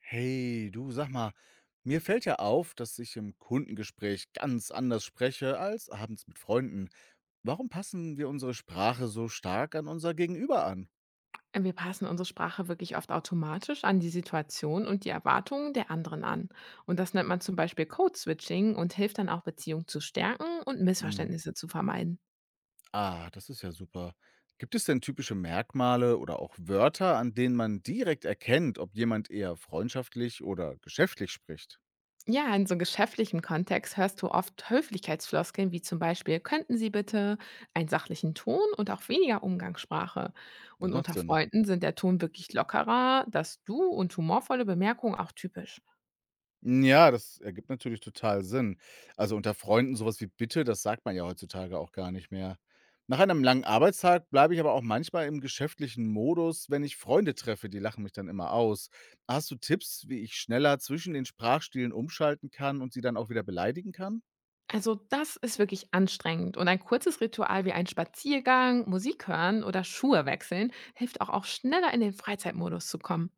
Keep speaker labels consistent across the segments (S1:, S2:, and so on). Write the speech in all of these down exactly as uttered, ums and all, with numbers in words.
S1: Hey, du, sag mal, mir fällt ja auf, dass ich im Kundengespräch ganz anders spreche als abends mit Freunden. Warum passen wir unsere Sprache so stark an unser Gegenüber an?
S2: Äh, Wir passen unsere Sprache wirklich oft automatisch an die Situation und die Erwartungen der anderen an. Und das nennt man zum Beispiel Code-Switching und hilft dann auch, Beziehungen zu stärken und
S1: Hm.
S2: Missverständnisse zu vermeiden.
S1: Ah, das ist ja super. Gibt es denn typische Merkmale oder auch Wörter, an denen man direkt erkennt, ob jemand eher freundschaftlich oder geschäftlich spricht?
S2: Ja, in so geschäftlichem Kontext hörst du oft Höflichkeitsfloskeln wie zum Beispiel könnten Sie bitte einen sachlichen Ton und auch weniger Umgangssprache.
S1: Das
S2: Und
S1: macht
S2: unter
S1: Sinn.
S2: Freunden sind der Ton wirklich lockerer, das Du und humorvolle Bemerkungen auch typisch.
S1: Hm, ja, das ergibt natürlich total Sinn. Also, unter Freunden sowas wie „Bitte“, das sagt man ja heutzutage auch gar nicht mehr. Nach einem langen Arbeitstag bleibe ich aber auch manchmal im geschäftlichen Modus, wenn ich Freunde treffe, die lachen mich dann immer aus. Hast du Tipps, wie ich schneller zwischen den Sprachstilen umschalten kann und sie dann auch wieder beleidigen kann?
S2: Also das ist wirklich anstrengend und ein kurzes Ritual wie ein Spaziergang, Musik hören oder Schuhe wechseln hilft auch, auch schneller in den Freizeitmodus zu kommen.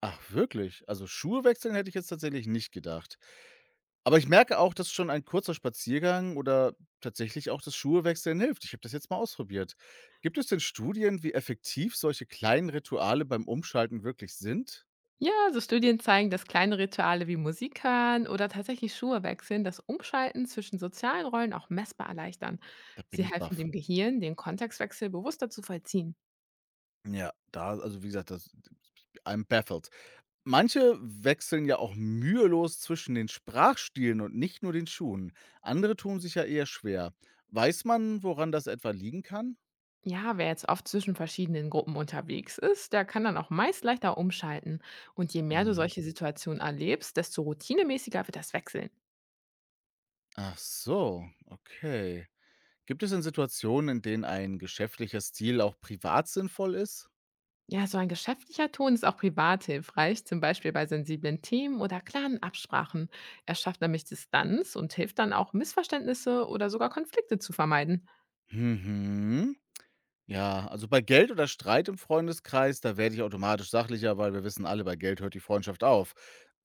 S1: Ach wirklich? Also, Schuhe wechseln hätte ich jetzt tatsächlich nicht gedacht. Aber ich merke auch, dass schon ein kurzer Spaziergang oder tatsächlich auch das Schuhe hilft. Ich habe das jetzt mal ausprobiert. Gibt es denn Studien, wie effektiv solche kleinen Rituale beim Umschalten wirklich sind?
S2: Ja, so Studien zeigen, dass kleine Rituale wie Musik hören oder tatsächlich Schuhe wechseln das Umschalten zwischen sozialen Rollen auch messbar erleichtern.
S1: Da bin
S2: Sie
S1: ich
S2: helfen
S1: baff.
S2: dem Gehirn, den Kontextwechsel bewusster zu vollziehen.
S1: Ja, da also wie gesagt, das I'm baffled. Manche wechseln ja auch mühelos zwischen den Sprachstilen und nicht nur den Schuhen. Andere tun sich ja eher schwer. Weiß man, woran das etwa liegen kann?
S2: Ja, wer jetzt oft zwischen verschiedenen Gruppen unterwegs ist, der kann dann auch meist leichter umschalten. Und je mehr du
S1: Mhm.
S2: solche Situationen erlebst, desto routinemäßiger wird das Wechseln.
S1: Ach so, okay. Gibt es denn Situationen, in denen ein geschäftlicher Stil auch privat sinnvoll ist?
S2: Ja, so ein geschäftlicher Ton ist auch privat hilfreich, zum Beispiel bei sensiblen Themen oder klaren Absprachen. Er schafft nämlich Distanz und hilft dann auch, Missverständnisse oder sogar Konflikte zu vermeiden.
S1: Mhm. Ja, also bei Geld oder Streit im Freundeskreis, da werde ich automatisch sachlicher, weil wir wissen alle, bei Geld hört die Freundschaft auf.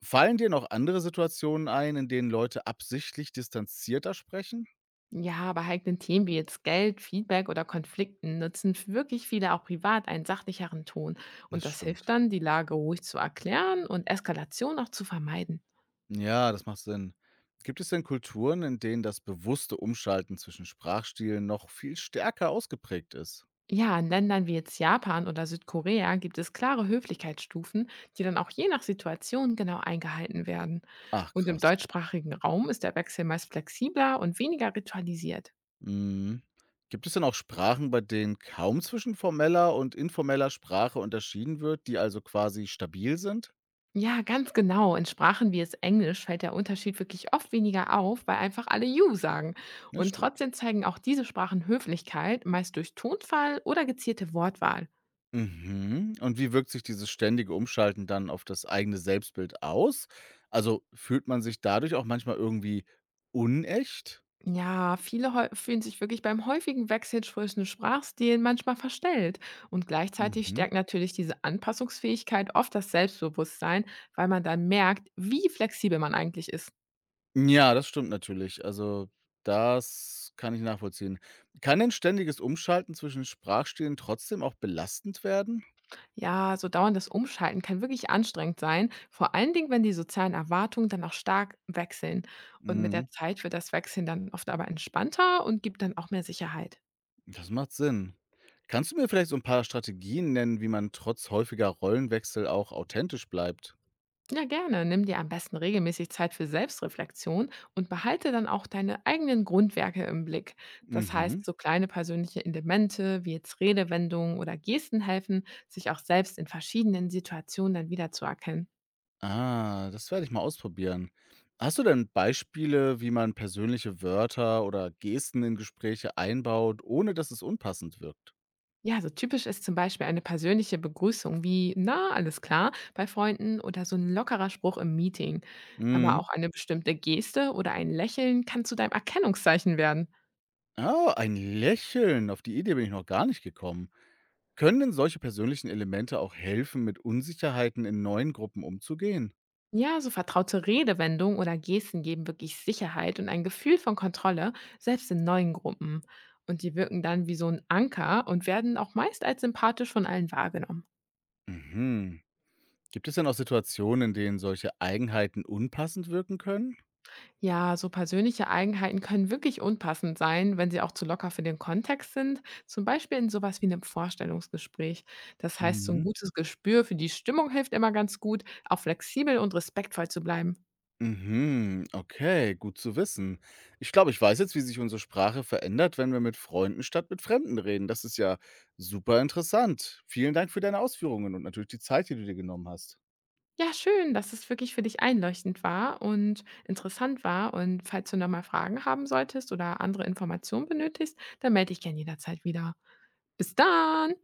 S1: Fallen dir noch andere Situationen ein, in denen Leute absichtlich distanzierter sprechen?
S2: Ja, bei heiklen Themen wie jetzt Geld, Feedback oder Konflikten nutzen wirklich viele auch privat einen sachlicheren Ton. Und
S1: Das
S2: das hilft
S1: stimmt.
S2: dann, die Lage ruhig zu erklären und Eskalation auch zu vermeiden.
S1: Ja, das macht Sinn. Gibt es denn Kulturen, in denen das bewusste Umschalten zwischen Sprachstilen noch viel stärker ausgeprägt ist?
S2: Ja, in Ländern wie jetzt Japan oder Südkorea gibt es klare Höflichkeitsstufen, die dann auch je nach Situation genau eingehalten werden.
S1: Ach,
S2: Und im
S1: krass.
S2: deutschsprachigen Raum ist der Wechsel meist flexibler und weniger ritualisiert.
S1: Mhm. Gibt es denn auch Sprachen, bei denen kaum zwischen formeller und informeller Sprache unterschieden wird, die also quasi stabil sind?
S2: Ja, ganz genau. In Sprachen wie jetzt Englisch fällt der Unterschied wirklich oft weniger auf, weil einfach alle You sagen.
S1: Ja,
S2: Und
S1: stimmt.
S2: trotzdem zeigen auch diese Sprachen Höflichkeit, meist durch Tonfall oder gezielte Wortwahl.
S1: Mhm. Und wie wirkt sich dieses ständige Umschalten dann auf das eigene Selbstbild aus? Also fühlt man sich dadurch auch manchmal irgendwie unecht?
S2: Ja, viele häu- fühlen sich wirklich beim häufigen Wechsel zwischen Sprachstilen manchmal verstellt. Und gleichzeitig
S1: Mhm.
S2: stärkt natürlich diese Anpassungsfähigkeit oft das Selbstbewusstsein, weil man dann merkt, wie flexibel man eigentlich ist.
S1: Ja, das stimmt natürlich. Also das kann ich nachvollziehen. Kann denn ständiges Umschalten zwischen Sprachstilen trotzdem auch belastend werden?
S2: Ja, so dauerndes Umschalten kann wirklich anstrengend sein, vor allen Dingen, wenn die sozialen Erwartungen dann auch stark wechseln. Und mit der
S1: Mhm.
S2: Zeit wird das Wechseln dann oft aber entspannter und gibt dann auch mehr Sicherheit.
S1: Das macht Sinn. Kannst du mir vielleicht so ein paar Strategien nennen, wie man trotz häufiger Rollenwechsel auch authentisch bleibt?
S2: Ja, gerne. Nimm dir am besten regelmäßig Zeit für Selbstreflexion und behalte dann auch deine eigenen Grundwerke im Blick. Das heißt,
S1: Mhm.
S2: so kleine persönliche Elemente wie jetzt Redewendungen oder Gesten helfen, sich auch selbst in verschiedenen Situationen dann wiederzuerkennen.
S1: Ah, das werde ich mal ausprobieren. Hast du denn Beispiele, wie man persönliche Wörter oder Gesten in Gespräche einbaut, ohne dass es unpassend wirkt?
S2: Ja, so typisch ist zum Beispiel eine persönliche Begrüßung wie na, alles klar bei Freunden oder so ein lockerer Spruch im Meeting. Aber
S1: Mhm.
S2: auch eine bestimmte Geste oder ein Lächeln kann zu deinem Erkennungszeichen werden.
S1: Ah, ein Lächeln. Auf die Idee bin ich noch gar nicht gekommen. Können denn solche persönlichen Elemente auch helfen, mit Unsicherheiten in neuen Gruppen umzugehen?
S2: Ja, so vertraute Redewendungen oder Gesten geben wirklich Sicherheit und ein Gefühl von Kontrolle, selbst in neuen Gruppen. Und die wirken dann wie so ein Anker und werden auch meist als sympathisch von allen wahrgenommen.
S1: Mhm. Gibt es denn auch Situationen, in denen solche Eigenheiten unpassend wirken können?
S2: Ja, so persönliche Eigenheiten können wirklich unpassend sein, wenn sie auch zu locker für den Kontext sind, zum Beispiel in sowas wie einem Vorstellungsgespräch. Das heißt, so ein
S1: Mhm.
S2: gutes Gespür für die Stimmung hilft immer ganz gut, auch flexibel und respektvoll zu bleiben.
S1: Mhm, okay, gut zu wissen. Ich glaube, ich weiß jetzt, wie sich unsere Sprache verändert, wenn wir mit Freunden statt mit Fremden reden. Das ist ja super interessant. Vielen Dank für deine Ausführungen und natürlich die Zeit, die du dir genommen hast.
S2: Ja, schön, dass es wirklich für dich einleuchtend war und interessant war. Und falls du noch mal Fragen haben solltest oder andere Informationen benötigst, dann melde dich gerne jederzeit wieder. Bis dann!